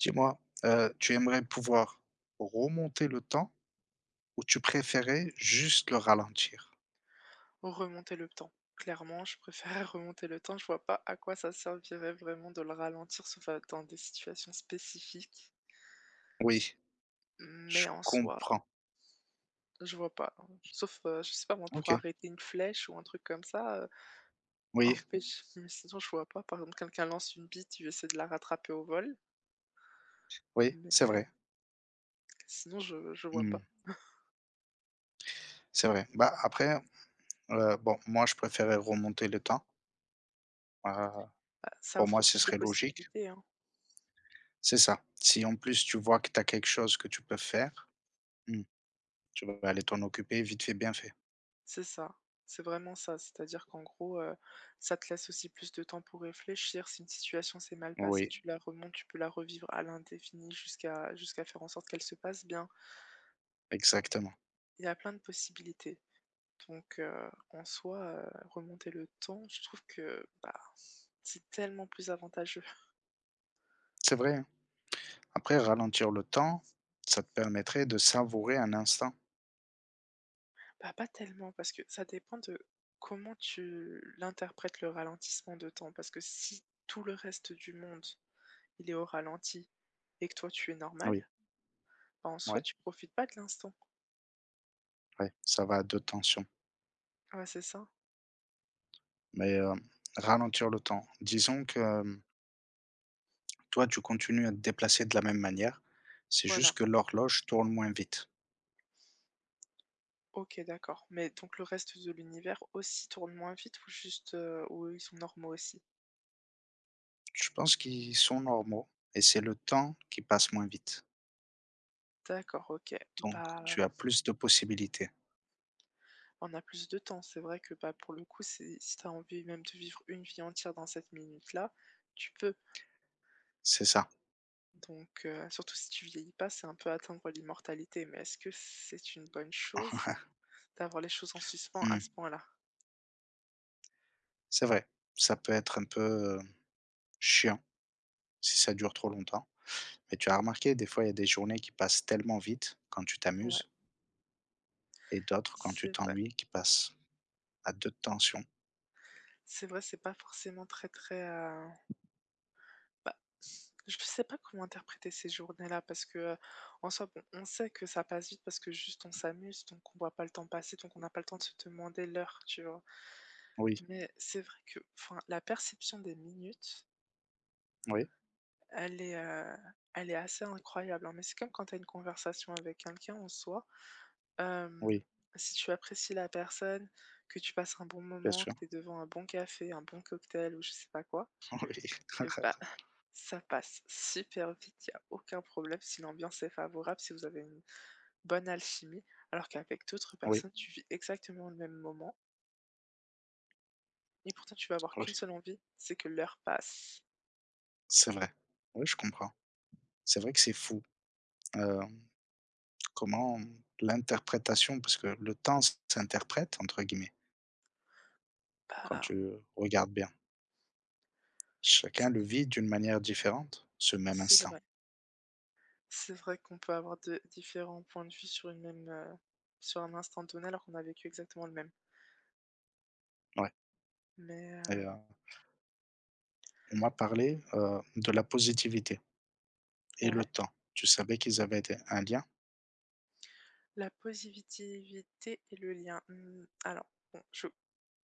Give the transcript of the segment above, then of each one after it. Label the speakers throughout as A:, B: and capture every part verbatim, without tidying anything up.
A: Dis-moi, heu, tu aimerais pouvoir remonter le temps ou tu préférais juste le ralentir?
B: Remonter le temps. Clairement, je préfère remonter le temps. Je vois pas à quoi ça servirait vraiment de le ralentir, sauf à dans des situations spécifiques.
A: Oui, je
B: Mais en soi,
A: comprends.
B: je vois pas. Hein. Sauf, heu, je sais pas moi, pour
A: OK.
B: arrêter une flèche ou un truc comme ça, heu,
A: Oui,
B: empêche mais sinon je vois pas. Par exemple, quelqu'un lance une bille, tu essaies de la rattraper au vol,
A: oui,
B: mais
A: c'est
B: euh,
A: vrai.
B: sinon je je vois
A: Mmh.
B: pas.
A: C'est vrai. Bah, après, heu, bon, moi, je préférais remonter le temps. Heu,
B: Bah, ça
A: pour moi,
B: offre
A: ce
B: plus de
A: serait logique.
B: possibilités, hein.
A: C'est ça. Si, en plus, tu vois que tu as quelque chose que tu peux faire, mmh, tu vas aller t'en occuper vite fait, bien fait.
B: C'est ça, c'est vraiment ça. C'est-à-dire qu'en gros, heu, ça te laisse aussi plus de temps pour réfléchir. Si une situation s'est mal passée,
A: Oui,
B: tu la remontes, tu peux la revivre à l'indéfini jusqu'à jusqu'à faire en sorte qu'elle se passe bien.
A: exactement.
B: Il y a plein de possibilités. Donc heu, en soi, heu, remonter le temps, je trouve que, bah, c'est tellement plus avantageux.
A: C'est vrai, hein. Après ralentir le temps, ça te permettrait de savourer un instant.
B: Bah, pas tellement parce que ça dépend de comment tu l'interprètes le ralentissement de temps. Parce que si tout le reste du monde, il est au ralenti et que toi tu es
A: Oui,
B: normal. Bah, en soi,
A: ouais.
B: tu profites pas de l'instant.
A: Ouais, ça va à deux tensions,
B: Ouais, c'est ça.
A: mais heu, ralentir le temps. Disons que, hem, toi, tu continues à te déplacer de la même manière, c'est
B: Voilà.
A: juste que l'horloge tourne moins vite.
B: OK, d'accord. Mais donc le reste de l'univers aussi tourne moins vite ou juste, heu, ou eux, ils sont normaux aussi?
A: Je pense qu'ils sont normaux et c'est le temps qui passe moins vite,
B: D'accord, OK.
A: donc
B: Bah,
A: tu as plus de possibilités.
B: on a plus de temps. C'est vrai que, bah, pour le coup, c'est si t'as envie même de vivre une vie entière dans cette minute-là, tu peux.
A: C'est ça.
B: Donc heu, surtout si tu vieillis pas, c'est un peu atteindre l'immortalité. Mais est-ce que c'est une bonne chose d'avoir les choses en suspens à
A: Mmh,
B: ce point-là?
A: c'est vrai, ça peut être un peu, heu, chiant si ça dure trop longtemps, mais tu as remarqué, des fois, il y a des journées qui passent tellement vite quand tu
B: Ouais,
A: t'amuses et d'autres quand tu
B: c'est vrai.
A: t'ennuies qui passent à deux tensions.
B: C'est vrai, c'est pas forcément très, très, heu, bah je sais pas comment interpréter ces journées-là parce que, heu, en soi, bon, on sait que ça passe vite parce que juste on s'amuse, donc on voit pas le temps passer, donc on n'a pas le temps de se demander l'heure, tu vois?
A: Oui,
B: Mais c'est vrai que, enfin, la perception des minutes,
A: oui,
B: elle est, heu, elle est assez incroyable, hein. Mais c'est comme quand tu as une conversation avec quelqu'un en soi, hem,
A: oui.
B: si tu apprécies la personne, que tu passes un bon
A: Bien
B: moment,
A: sûr.
B: que tu es devant un bon café, un bon cocktail ou je sais pas quoi, bah, ça passe super vite, il y a aucun problème si l'ambiance est favorable, si vous avez une bonne alchimie, alors qu'avec d'autres
A: Oui. Oui,
B: personnes, tu vis exactement le même moment et pourtant tu vas avoir qu'une
A: oui,
B: seule envie, c'est que l'heure passe.
A: c'est vrai. Oui, je comprends. C'est vrai que c'est fou, hem, comment l'interprétation parce que le temps «s'interprète» entre guillemets, quand
B: Bah,
A: tu regardes bien. Chacun
B: c'est
A: le vit d'une manière différente, ce même
B: c'est
A: instant.
B: vrai. C'est vrai qu'on peut avoir de différents points de vue sur une même, heu, sur un instant donné alors qu'on a vécu exactement le même.
A: Ouais
B: Mais,
A: et
B: heu,
A: heu, on m'a parlé, heu, de la positivité et le
B: ouais,
A: temps. Tu savais qu'ils avaient des un lien?
B: la positivité et le lien, mmh, alors bon, je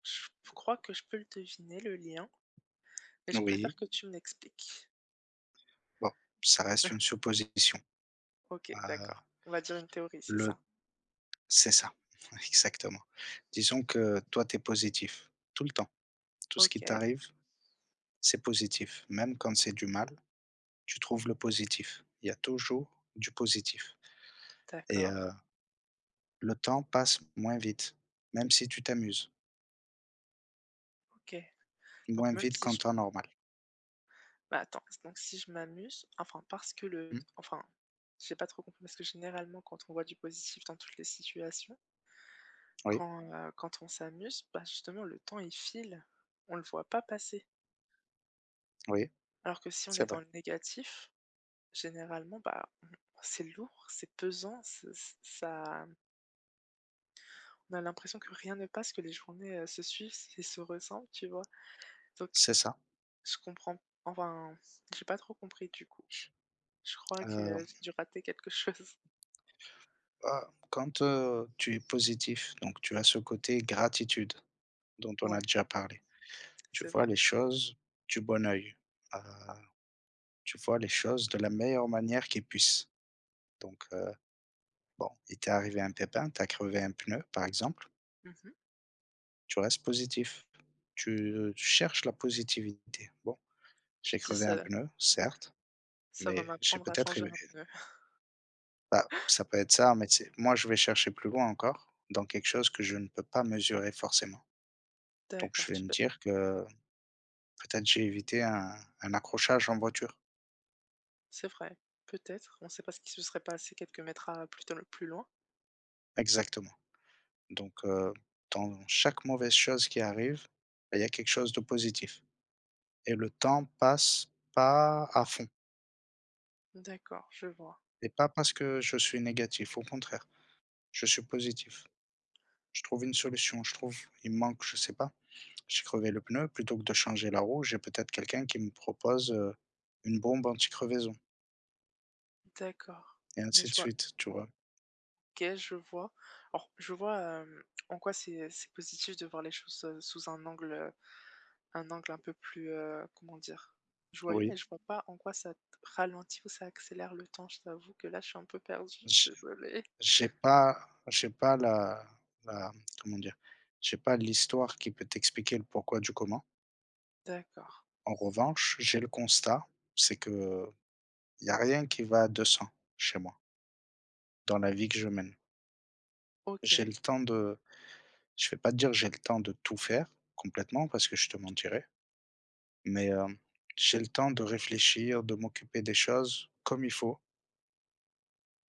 B: je crois que je peux le deviner, le lien, mais je préfère
A: Oui,
B: que tu me l'expliques.
A: bon, ça reste une supposition.
B: OK,
A: Heu,
B: d'accord. On va dire une théorie, c'est
A: le
B: ça?
A: C'est ça, exactement. Disons que toi, tu es positif tout le temps. Tout ce qui
B: OK,
A: t'arrive, c'est positif. Même quand c'est du mal, tu trouves le positif. Il y a toujours du positif. Et
B: d'accord,
A: heu, le temps passe moins vite, même si tu t'amuses,
B: OK. Donc
A: moins
B: même
A: vite
B: si
A: qu'en
B: je,
A: temps normal.
B: bah, attends, donc si je m'amuse, enfin parce que le,
A: Mmh,
B: enfin, j'ai pas trop compris parce que généralement quand on voit du positif dans toutes les situations,
A: oui,
B: quand, heu, quand on s'amuse, bah, justement le temps il file, on le voit pas passer.
A: oui,
B: Alors que si on
A: c'est
B: est dans
A: vrai,
B: le négatif, généralement, bah, on c'est lourd, c'est pesant, ce ç ça, on a l'impression que rien ne passe, que les journées, heu, se suivent et se ressemblent, tu vois? Donc
A: c'est ça.
B: je comprends, enfin, j'ai pas trop compris du coup. Je crois
A: Heu,
B: que j'ai dû rater quelque chose.
A: Bah, quand, heu, tu es positif, donc tu as ce côté gratitude dont on a
B: Ouais,
A: déjà parlé. Tu
B: c'est
A: vois
B: vrai.
A: les choses du bon œil, heu tu vois les choses de la meilleure manière qu'ils puissent. Donc, heu, bon, il t'est arrivé un pépin, t'as crevé un pneu, par exemple,
B: Mmh.
A: tu restes positif. Tu euh, cherches la positivité. Bon, j'ai
B: Tu te dis : «
A: crevé un
B: «Ça
A: pneu, certes,
B: ça va
A: mais j'ai
B: m'apprendre à
A: peut-être é
B: changer un pneu ».
A: bah, ça peut être ça, mais c'est moi, je vais chercher plus loin encore, dans quelque chose que je ne peux pas mesurer forcément. Donc
B: D'accord,
A: je vais
B: tu
A: me
B: peux,
A: dire que peut-être j'ai évité un un accrochage en voiture.
B: c'est vrai, peut-être, on ne sait pas ce qui se serait passé quelques mètres à plus tel plus loin.
A: Exactement. Donc, heu, dans chaque mauvaise chose qui arrive, bah, il y a quelque chose de positif. Et le temps passe pas à fond
B: D'accord, je vois.
A: et pas parce que je suis négatif, au contraire, je suis positif. Je trouve une solution, je trouve il me manque, je sais pas, j'ai crevé le pneu, plutôt que de changer la roue, j'ai peut-être quelqu'un qui me propose, heu, une bombe anti-crevaison
B: D'accord,
A: et
B: mais
A: ainsi
B: je
A: de
B: vois.
A: suite, tu vois?
B: OK, je vois. Alors je vois, hem, en quoi c'est c'est positif de voir les choses, heu, sous un angle, un angle un peu plus, heu, comment dire? Joyeux, mais
A: Oui,
B: je vois pas en quoi ça t ralentit ou ça accélère le temps. Je t'avoue que là, je suis un peu perdue,
A: j'ai
B: désolée.
A: j'ai pas j'ai pas la la comment dire? J'ai pas l'histoire qui peut t'expliquer le pourquoi du comment.
B: D'accord.
A: En revanche, j'ai le constat, c'est qu'il y a rien qui va à deux cents chez moi. Dans la vie que je mène.
B: OK.
A: J'ai le temps de Je vais pas te dire que j'ai le temps de tout faire complètement parce que je te mentirais, mais, hem, j'ai le temps de réfléchir, de m'occuper des choses comme il faut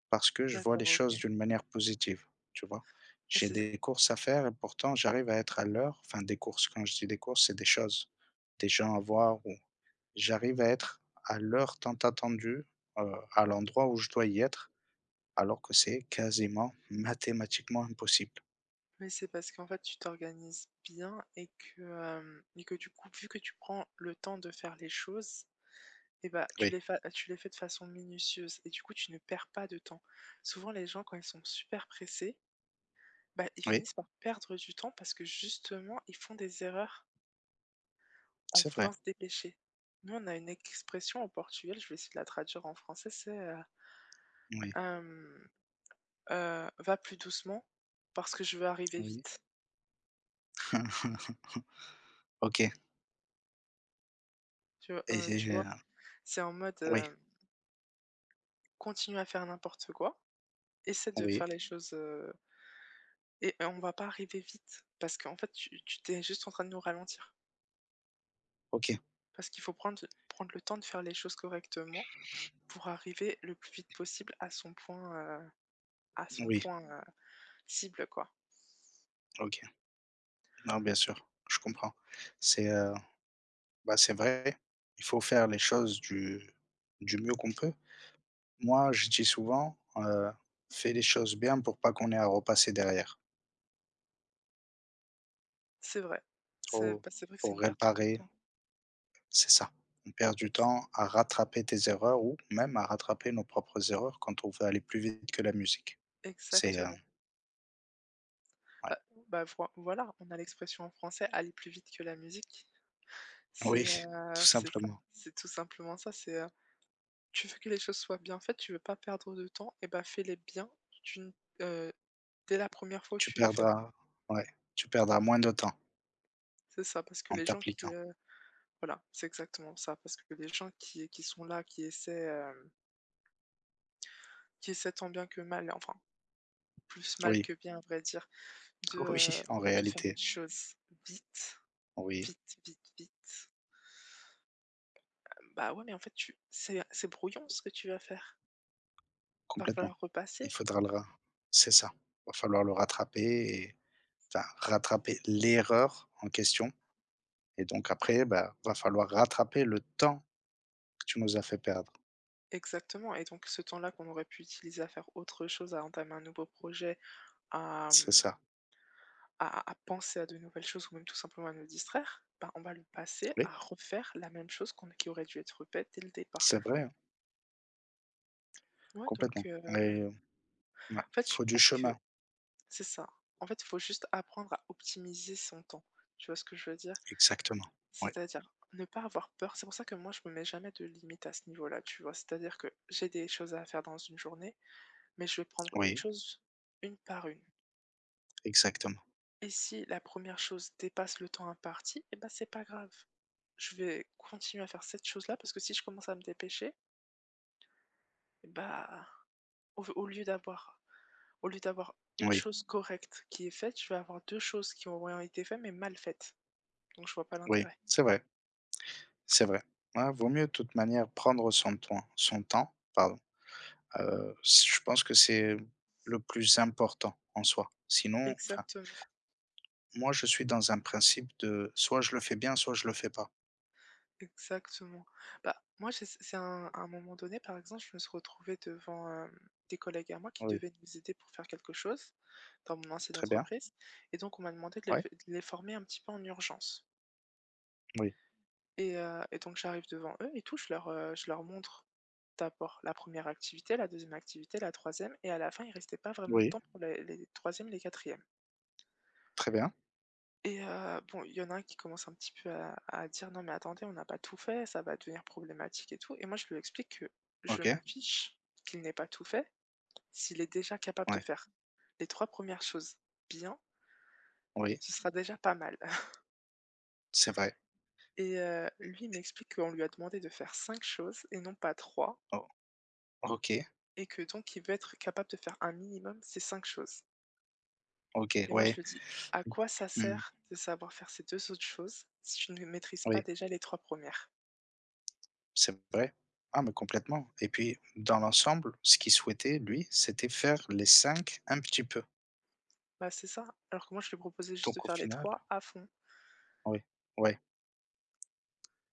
A: parce que je vois les
B: D'accord,
A: choses
B: OK.
A: d'une manière positive, tu vois?
B: Mais
A: J'ai
B: c'est
A: des courses à faire et pourtant j'arrive à être à l'heure, enfin des courses, quand je dis des courses, c'est des choses, des gens à voir ou j'arrive à être à l'heure tant attendue, heu, à l'endroit où je dois y être alors que c'est quasiment mathématiquement impossible.
B: mais c'est parce qu'en fait, tu t'organises bien et que, hem et que du coup, vu que tu prends le temps de faire les choses et bah, tu
A: Oui,
B: les fa tu les fais de façon minutieuse et du coup, tu ne perds pas de temps. Souvent, les gens, quand ils sont super pressés, bah, ils
A: oui,
B: finissent par perdre du temps parce que justement, ils font des erreurs. En
A: c'est
B: voulant
A: vrai.
B: se dépêcher. Nous, on a une expression au Portugal, je vais essayer de la traduire en français, c'est, heu,
A: Oui,
B: hem, heu: Va plus doucement parce que je veux arriver
A: oui.
B: vite ».
A: OK
B: Tu v
A: et
B: heu, tu
A: c'est, euh,
B: vois? C'est en mode,
A: oui,
B: heu, continue à faire n'importe quoi, essaie de
A: oui,
B: faire les choses, heu et euh, on va pas arriver vite parce qu'en fait, tu tu tu es juste en train de nous ralentir.
A: OK,
B: Parce qu'il faut prendre prendre le temps de faire les choses correctement pour arriver le plus vite possible à son point, heu, à son
A: oui,
B: point, heu, cible, quoi.
A: OK. Non, bien sûr, je comprends. C'est, heu, bah, c'est vrai, il faut faire les choses du du mieux qu'on peut. Moi, je dis souvent, heu: «Fais les choses bien pour pas qu'on ait à repasser derrière,
B: C'est vrai. C'est
A: pour
B: bah, c'est vrai que c'est
A: pour
B: une perte de
A: réparer».
B: temps.
A: C'est ça. On perd du temps à rattraper tes erreurs ou même à rattraper nos propres erreurs quand on veut aller plus vite que la musique. C'est, heu,
B: Exactement.
A: ouais.
B: Bah bah, voi voilà, on a l'expression en français « aller plus vite que la musique ».
A: Oui,
B: C'est,
A: tout
B: heu, c'est ça,
A: simplement.
B: c'est tout simplement ça, c'est, heu, tu veux que les choses soient bien faites, tu veux pas perdre de temps et bah, fais-les bien d'une, heu, dès la première fois où
A: Tu
B: tu les fais.
A: perdras Ouais, tu perdras moins de temps
B: C'est ça, parce que
A: en
B: les gens qui,
A: t'appliquant.
B: heu voilà, c'est exactement ça, parce que les gens qui qui sont là, qui essaient, hem, qui essaient tant bien que mal, enfin, plus mal
A: Oui,
B: que bien à vrai dire, de, heu,
A: oui, en
B: de faire les
A: réalité,
B: choses vite.
A: oui,
B: Vite, vite, vite. Bah, ouais, mais en fait, tu c'est c'est brouillon ce que tu vas faire. Va
A: complètement.
B: falloir
A: Il
B: repasser.
A: faudra le ra C'est ça. Va falloir le rattraper et enfin, rattraper l'erreur en question et donc après, bah, va falloir rattraper le temps que tu nous as fait perdre.
B: Exactement et donc ce temps-là qu'on aurait pu utiliser à faire autre chose, à entamer un nouveau projet, à,
A: C'est
B: mmh,
A: ça.
B: à à penser à de nouvelles choses ou même tout simplement à nous distraire, bah, on va le passer
A: Oui,
B: à refaire la même chose qu'on qui aurait dû être faite dès le départ.
A: c'est vrai, hein,
B: Ouais, donc
A: complètement
B: heu,
A: et heu, ouais,
B: en fait, je
A: faut du
B: pense
A: chemin.
B: que c'est ça. En fait, il faut juste apprendre à optimiser son temps. Tu vois ce que je veux dire?
A: Exactement. Oui,
B: C'est-à-dire ne pas avoir peur. C'est pour ça que moi, je me mets jamais de limite à ce niveau-là, tu vois? C'est-à-dire que j'ai des choses à faire dans une journée, mais je vais prendre une
A: oui,
B: chose, une par une.
A: exactement.
B: Et si la première chose dépasse le temps imparti, eh ben, c'est pas grave. Je vais continuer à faire cette chose-là parce que si je commence à me dépêcher, eh bah, au, au lieu d'avoir, au lieu d'avoir une
A: Oui,
B: chose correcte qui est faite, je vais avoir deux choses qui ont été faites mais mal faites. Donc, je vois pas
A: oui,
B: l'intérêt.
A: c'est vrai. C'est vrai. Ouais, vaut mieux de toute manière prendre son temps. son temps, pardon. Heu, c Je pense que c'est le plus important en soi. Sinon enfin,
B: Exactement.
A: moi je suis dans un principe de soit je le fais bien, soit je le fais pas.
B: Exactement. Bah, moi, je c'est un à un moment donné, par exemple, je me suis retrouvée devant, hem, des collègues à moi qui
A: Oui,
B: devaient nous aider pour faire quelque chose dans mon ancienne
A: très bien.
B: entreprise et donc on m'a demandé de les
A: Ouais,
B: de les former un petit peu en urgence
A: oui,
B: et heu et donc j'arrive devant eux et tout, je leur, heu, je leur montre d'abord la première activité, la deuxième activité, la troisième, et à la fin, il restait pas vraiment de
A: oui,
B: temps pour les les trois et les quatrièmes.
A: très bien.
B: Et heu, bon, il y en a un qui commence un petit peu à à dire : « Non mais attendez, on n'a pas tout fait, ça va devenir problématique et tout » et moi je lui explique que je
A: OK,
B: m'en fiche qu'il n'ait pas tout fait, s'il est déjà capable de
A: ouais,
B: faire les trois premières choses bien,
A: oui,
B: ce sera déjà pas mal.
A: c'est vrai.
B: Et heu, lui il m'explique qu'on lui a demandé de faire cinq choses et non pas trois,
A: O OK,
B: et que donc il veut être capable de faire un minimum ces cinq choses
A: OK,
B: et moi je
A: ouais,
B: lui dis : « À quoi ça
A: mmh,
B: sert de savoir faire ces deux autres choses si tu ne maîtrises pas
A: oui,
B: déjà les trois premières. »
A: c'est vrai. Ah mais complètement et puis dans l'ensemble, ce qu'il souhaitait lui, c'était faire les cinq un petit peu.
B: Bah, c'est ça, alors que moi je lui proposais juste de
A: Donc au
B: faire les
A: final
B: trois à fond,
A: oui, ouais.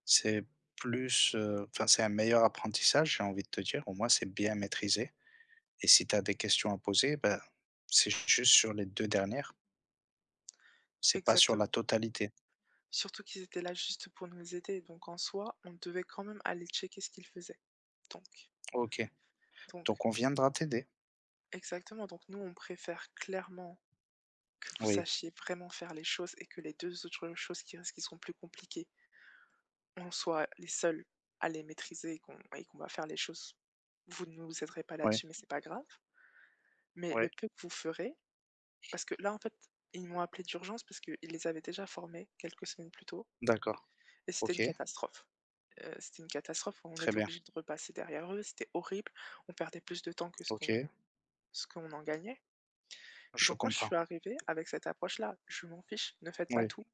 A: C'est plus, heu, enfin, c'est un meilleur apprentissage, j'ai envie de te dire. Au moins, c'est bien maîtrisé et si tu as des questions à poser, ben c'est juste sur les deux dernières, c'est pas sur
B: exactement.
A: la totalité.
B: Surtout qu'ils étaient là juste pour nous aider, donc en soi, on devait quand même aller checker ce qu'ils faisaient, donc
A: OK,
B: donc
A: donc on viendra t'aider.
B: exactement, donc nous, on préfère clairement que vous
A: Oui,
B: sachiez vraiment faire les choses et que les deux autres choses qui restent, qui seront plus compliquées, on soit les seuls à les maîtriser et qu'on et qu'on va faire les choses. Vous ne nous aiderez pas
A: oui,
B: là-dessus, mais c'est pas grave, mais le
A: oui,
B: peu que vous ferez, parce que là, en fait, ils m'ont appelé d'urgence parce qu'ils les avaient déjà formés quelques semaines plus tôt.
A: d'accord.
B: Et c'était une
A: OK,
B: catastrophe. Heu, c'était une catastrophe, on
A: très
B: était
A: bien.
B: obligé de repasser derrière eux, c'était horrible. On perdait plus de temps que ce qu'on
A: OK,
B: ce qu'on en gagnait et
A: je
B: donc moi, je
A: comprends.
B: suis arrivée avec cette approche-là. Je m'en fiche, ne faites pas
A: Oui,
B: tout.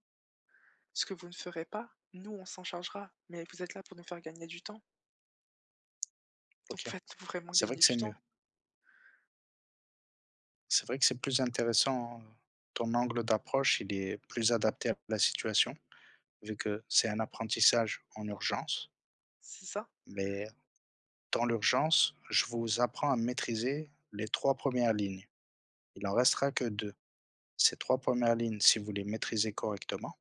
B: Ce que vous ne ferez pas, nous, on s'en chargera, mais vous êtes là pour nous faire gagner du temps, donc
A: OK.
B: faites-nous vraiment
A: C'est vrai
B: gagner
A: que c'est
B: du
A: mieux.
B: temps.
A: C'est vrai que c'est plus intéressant, heu, ton angle d'approche, il est plus adapté à la situation, vu que c'est un apprentissage en urgence,
B: C'est ça,
A: mais dans l'urgence, je vous apprends à maîtriser les trois premières lignes. Il en restera que deux. Ces trois premières lignes, si vous les maîtrisez correctement,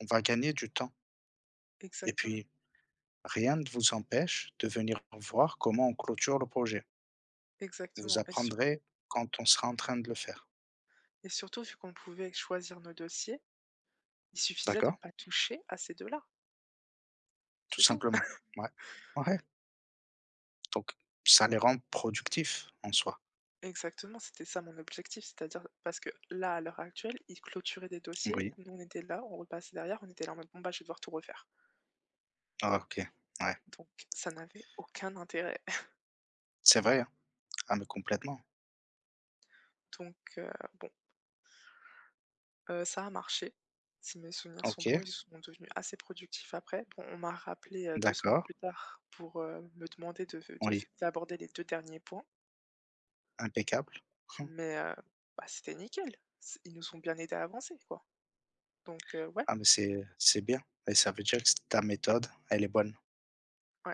A: on va gagner du temps et
B: exactement,
A: puis rien ne vous empêche de venir voir comment on clôture le projet. Vous
B: exactement et sur
A: apprendrez quand on sera en train de le faire.
B: et surtout vu qu'on pouvait choisir nos dossiers, il suffisait de
A: D'accord?
B: ne pas toucher à ces deux là,
A: Tout
B: c'est tout.
A: simplement. Ouais. Ouais, donc ça les rend productifs en soi.
B: Exactement, c'était ça mon objectif, c'est-à-dire parce que là, à l'heure actuelle, ils clôturaient des dossiers,
A: Oui.
B: nous on était là, on repassait derrière, on était là en mode bon bah je vais devoir tout refaire.
A: Ah OK. Ouais.
B: Donc ça n'avait aucun intérêt.
A: C'est vrai, hein. Ah mais complètement.
B: Donc euh, bon, euh, ça a marché. Si mes souvenirs sont bons,
A: OK,
B: ils sont devenus assez productifs après. Bon, on m'a rappelé euh, deux semaines
A: d'accord.
B: plus tard pour euh, me demander de, de-
A: Oui,
B: d'aborder les deux derniers points,
A: impeccable.
B: mais euh, bah, c'était nickel. C- Ils nous ont bien aidé à avancer, quoi. Donc euh, ouais,
A: Ah mais c'est c'est bien et ça veut dire que c ta méthode, elle est bonne.
B: ouais.